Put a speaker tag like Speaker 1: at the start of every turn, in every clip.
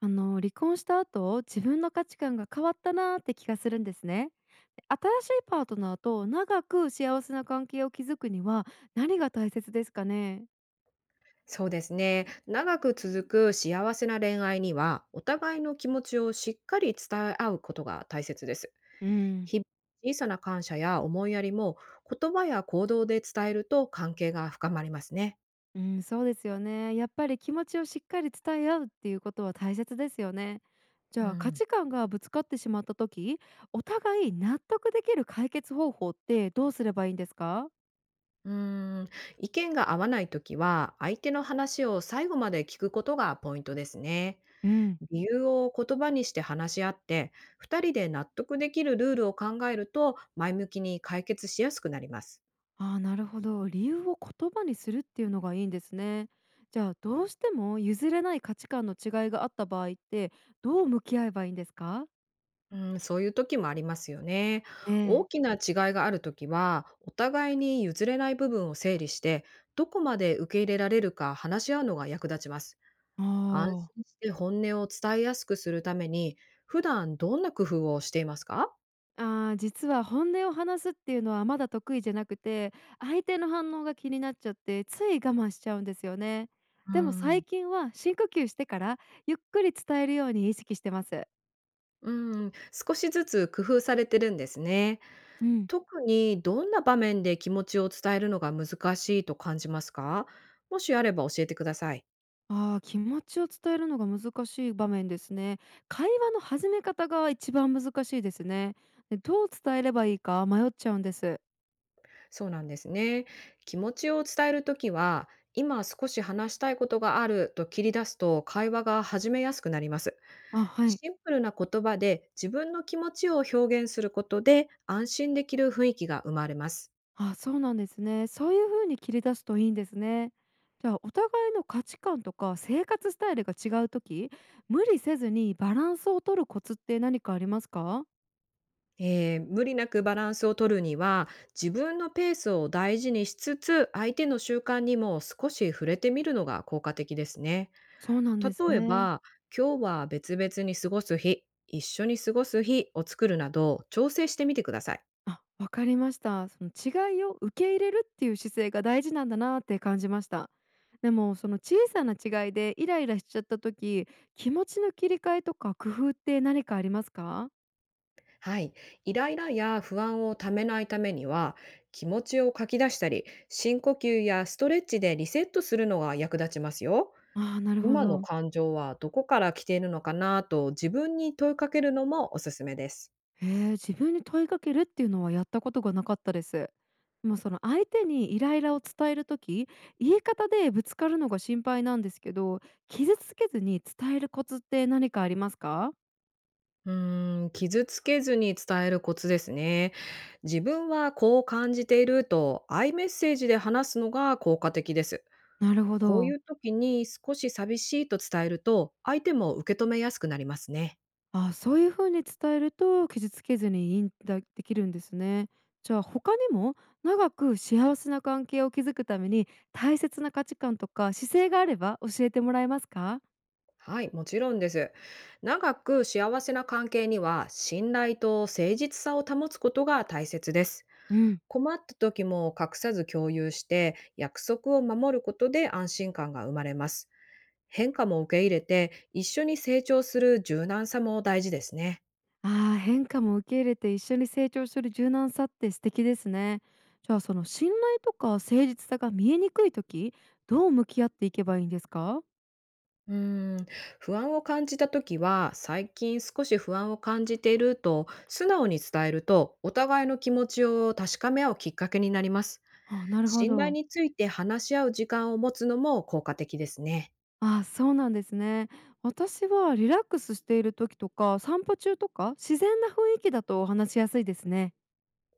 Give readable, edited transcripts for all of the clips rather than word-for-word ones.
Speaker 1: 離婚した後、自分の価値観が変わったなーって気がするんですね。で、新しいパートナーと長く幸せな関係を築くには何が大切ですかね。
Speaker 2: そうですね。長く続く幸せな恋愛には、お互いの気持ちをしっかり伝え合うことが大切です。
Speaker 1: うん、
Speaker 2: 日々、小さな感謝や思いやりも言葉や行動で伝えると関係が深まりますね。
Speaker 1: うん、そうですよね。やっぱり気持ちをしっかり伝え合うっていうことは大切ですよね。じ
Speaker 2: う
Speaker 1: ゃあ価
Speaker 2: ん。
Speaker 1: 値観がぶつかってしまった時、お互い納得できる解決方法ってどうすればいいんですか。
Speaker 2: うーん意見が合わないときは、相手の話を最後まで聞くことがポイントですね。
Speaker 1: うん。
Speaker 2: 理由を言葉にして話し合って、2人で納得できるルールを考えると前向きに解決しやすくなります。
Speaker 1: ああ、なるほど。理由を言葉にするっていうのがいいんですね。じゃあ、どうしても譲れない価値観の違いがあった場合って、どう向き合えばいいんですか。
Speaker 2: うん、そういう時もありますよね。
Speaker 1: え
Speaker 2: 大
Speaker 1: え。
Speaker 2: きな違いがある時は、お互いに譲れない部分を整理して、どこまで受け入れられるか話し合うのが役立ちます。安
Speaker 1: あ
Speaker 2: 心して本音を伝えやすくするために、普段どんな工夫をしていますか？
Speaker 1: あー、実は本音を話すっていうのはまだ得意じゃなくて、相手の反応が気になっちゃって、つい我慢しちゃうんですよね。
Speaker 2: う
Speaker 1: でも最
Speaker 2: ん、
Speaker 1: 近は深呼吸してからゆっくり伝えるように意識してます。
Speaker 2: うん、少しずつ工夫されてるんですね。
Speaker 1: うん。
Speaker 2: 特にどんな場面で気持ちを伝えるのが難しいと感じますか？もしあれば教えてください。
Speaker 1: ああ、気持ちを伝えるのが難しい場面ですね。会話の始め方が一番難しいですね。で、どう伝えればいいか迷っちゃうんです。
Speaker 2: そうなんですね。気持ちを伝えるときは、今少し話したいことがあると切り出すと会話が始めやすくなります。
Speaker 1: あ、はい。
Speaker 2: シンプルな言葉で自分の気持ちを表現することで、安心できる雰囲気が生まれます。
Speaker 1: あ、そうなんですね。そういう風に切り出すといいんですね。じゃあ、お互いの価値観とか生活スタイルが違うとき、無理せずにバランスを取るコツって何かありますか？
Speaker 2: 無理なくバランスを取るには、自分のペースを大事にしつつ、相手の習慣にも少し触れてみるのが効果的ですね。
Speaker 1: そうなんです
Speaker 2: 例え
Speaker 1: ね。
Speaker 2: ば、今日は別々に過ごす日、一緒に過ごす日を作るなど調整してみてください。
Speaker 1: あ、わかりました。その違いを受け入れるっていう姿勢が大事なんだなって感じました。でもその小さな違いでイライラしちゃった時、気持ちの切り替えとか工夫って何かありますか？
Speaker 2: はい。イライラや不安をためないためには、気持ちを書き出したり、深呼吸やストレッチでリセットするのが役立ちますよ。
Speaker 1: ああー、なるほ
Speaker 2: 今の
Speaker 1: ど。
Speaker 2: 感情はどこから来ているのかなと、自分に問いかけるのもおすすめです。
Speaker 1: へえ、自分に問いかけるっていうのはやったことがなかったです。でもその相手にイライラを伝える時、言い方でぶつかるのが心配なんですけど、傷つけずに伝えるコツって何かありますか？
Speaker 2: うーん、傷つけずに伝えるコツですね。自分はこう感じていると、アイメッセージで話すのが効果的です。
Speaker 1: なるほ
Speaker 2: こう
Speaker 1: ど。
Speaker 2: いう時に少し寂しいと伝えると、相手も受け止めやすくなりますね。
Speaker 1: あ、そういう風に伝えると傷つけずにいいんだできるんですね。じゃあ他にも長く幸せな関係を築くために大切な価値観とか姿勢があれば教えてもらえますか。
Speaker 2: はい、もちろんです。長く幸せな関係には、信頼と誠実さを保つことが大切です。
Speaker 1: うん、
Speaker 2: 困った時も隠さず共有して、約束を守ることで安心感が生まれます。変化も受け入れて、一緒に成長する柔軟さも大事ですね。
Speaker 1: ああ、変化も受け入れて一緒に成長する柔軟さって素敵ですね。じゃあその信頼とか誠実さが見えにくい時、どう向き合っていけばいいんですか。
Speaker 2: うーん、不安を感じた時は、最近少し不安を感じていると素直に伝えると、お互いの気持ちを確かめ合うきっかけになります。
Speaker 1: あ、なるほ
Speaker 2: 信頼
Speaker 1: ど。
Speaker 2: について話し合う時間を持つのも効果的ですね。
Speaker 1: あ、そうなんですね。私はリラックスしている時とか、散歩中とか、自然な雰囲気だと話しやすいですね。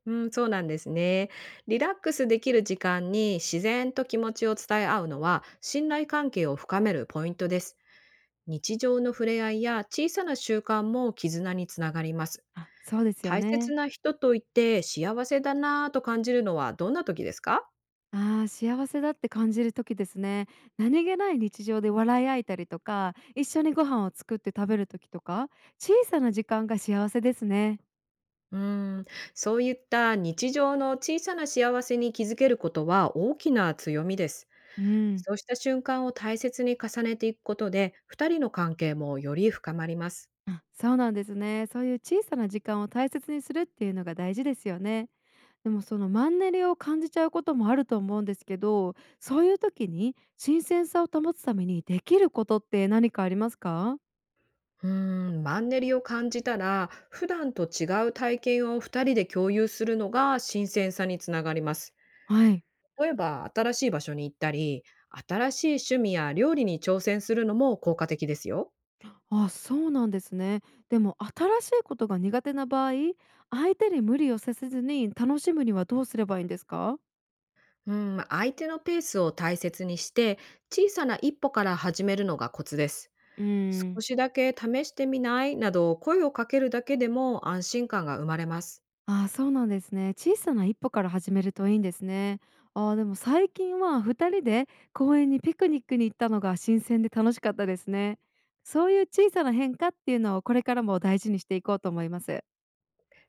Speaker 2: うん、そうなんですね。リラックスできる時間に自然と気持ちを伝え合うのは、信頼関係を深めるポイントです。日常の触れ合いや小さな習慣も絆につながります。
Speaker 1: あ、そうですよ
Speaker 2: 大切
Speaker 1: ね。
Speaker 2: な人といて幸せだなぁと感じるのはどんな時ですか？
Speaker 1: あー、幸せだって感じる時ですね。何気ない日常で笑い合えたりとか、一緒にご飯を作って食べる時とか、小さな時間が幸せですね。
Speaker 2: うーん、そういった日常の小さな幸せに気づけることは大きな強みです。
Speaker 1: うん。
Speaker 2: そうした瞬間を大切に重ねていくことで、二人の関係もより深まります。
Speaker 1: あ、そうなんですね。そういう小さな時間を大切にするっていうのが大事ですよね。でもそのマンネリを感じちゃうこともあると思うんですけど、そういう時に新鮮さを保つためにできることって何かありますか？
Speaker 2: うーん、マンネリを感じたら、普段と違う体験を二人で共有するのが新鮮さにつながります。
Speaker 1: はい。
Speaker 2: 例えば、新しい場所に行ったり、新しい趣味や料理に挑戦するのも効果的ですよ。
Speaker 1: あ、そうなんですね。でも新しいことが苦手な場合、相手に無理をさせずに楽しむにはどうすればいいんですか？
Speaker 2: うん、相手のペースを大切にして、小さな一歩から始めるのがコツです。
Speaker 1: うー
Speaker 2: 少
Speaker 1: ん。
Speaker 2: しだけ試してみないなど声をかけるだけでも、安心感が生まれます。
Speaker 1: ああ、そうなんですね。小さな一歩から始めるといいんですね。ああ、でも最近は2人で公園にピクニックに行ったのが新鮮で楽しかったですね。そういう小さな変化っていうのをこれからも大事にしていこうと思います。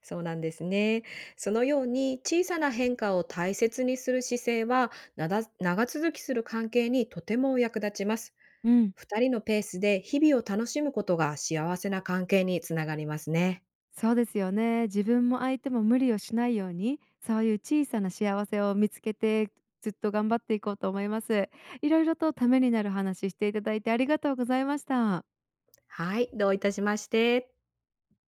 Speaker 2: そうなんですね。そのように小さな変化を大切にする姿勢は、なだ長続きする関係にとても役立ちます。
Speaker 1: うん、
Speaker 2: 二人のペースで日々を楽しむことが幸せな関係につながりますね。
Speaker 1: そうですよね。自分も相手も無理をしないように、そういう小さな幸せを見つけてずっと頑張っていこうと思います。いろいろとためになる話していただいてありがとうございました。
Speaker 2: はい、どういたしまして。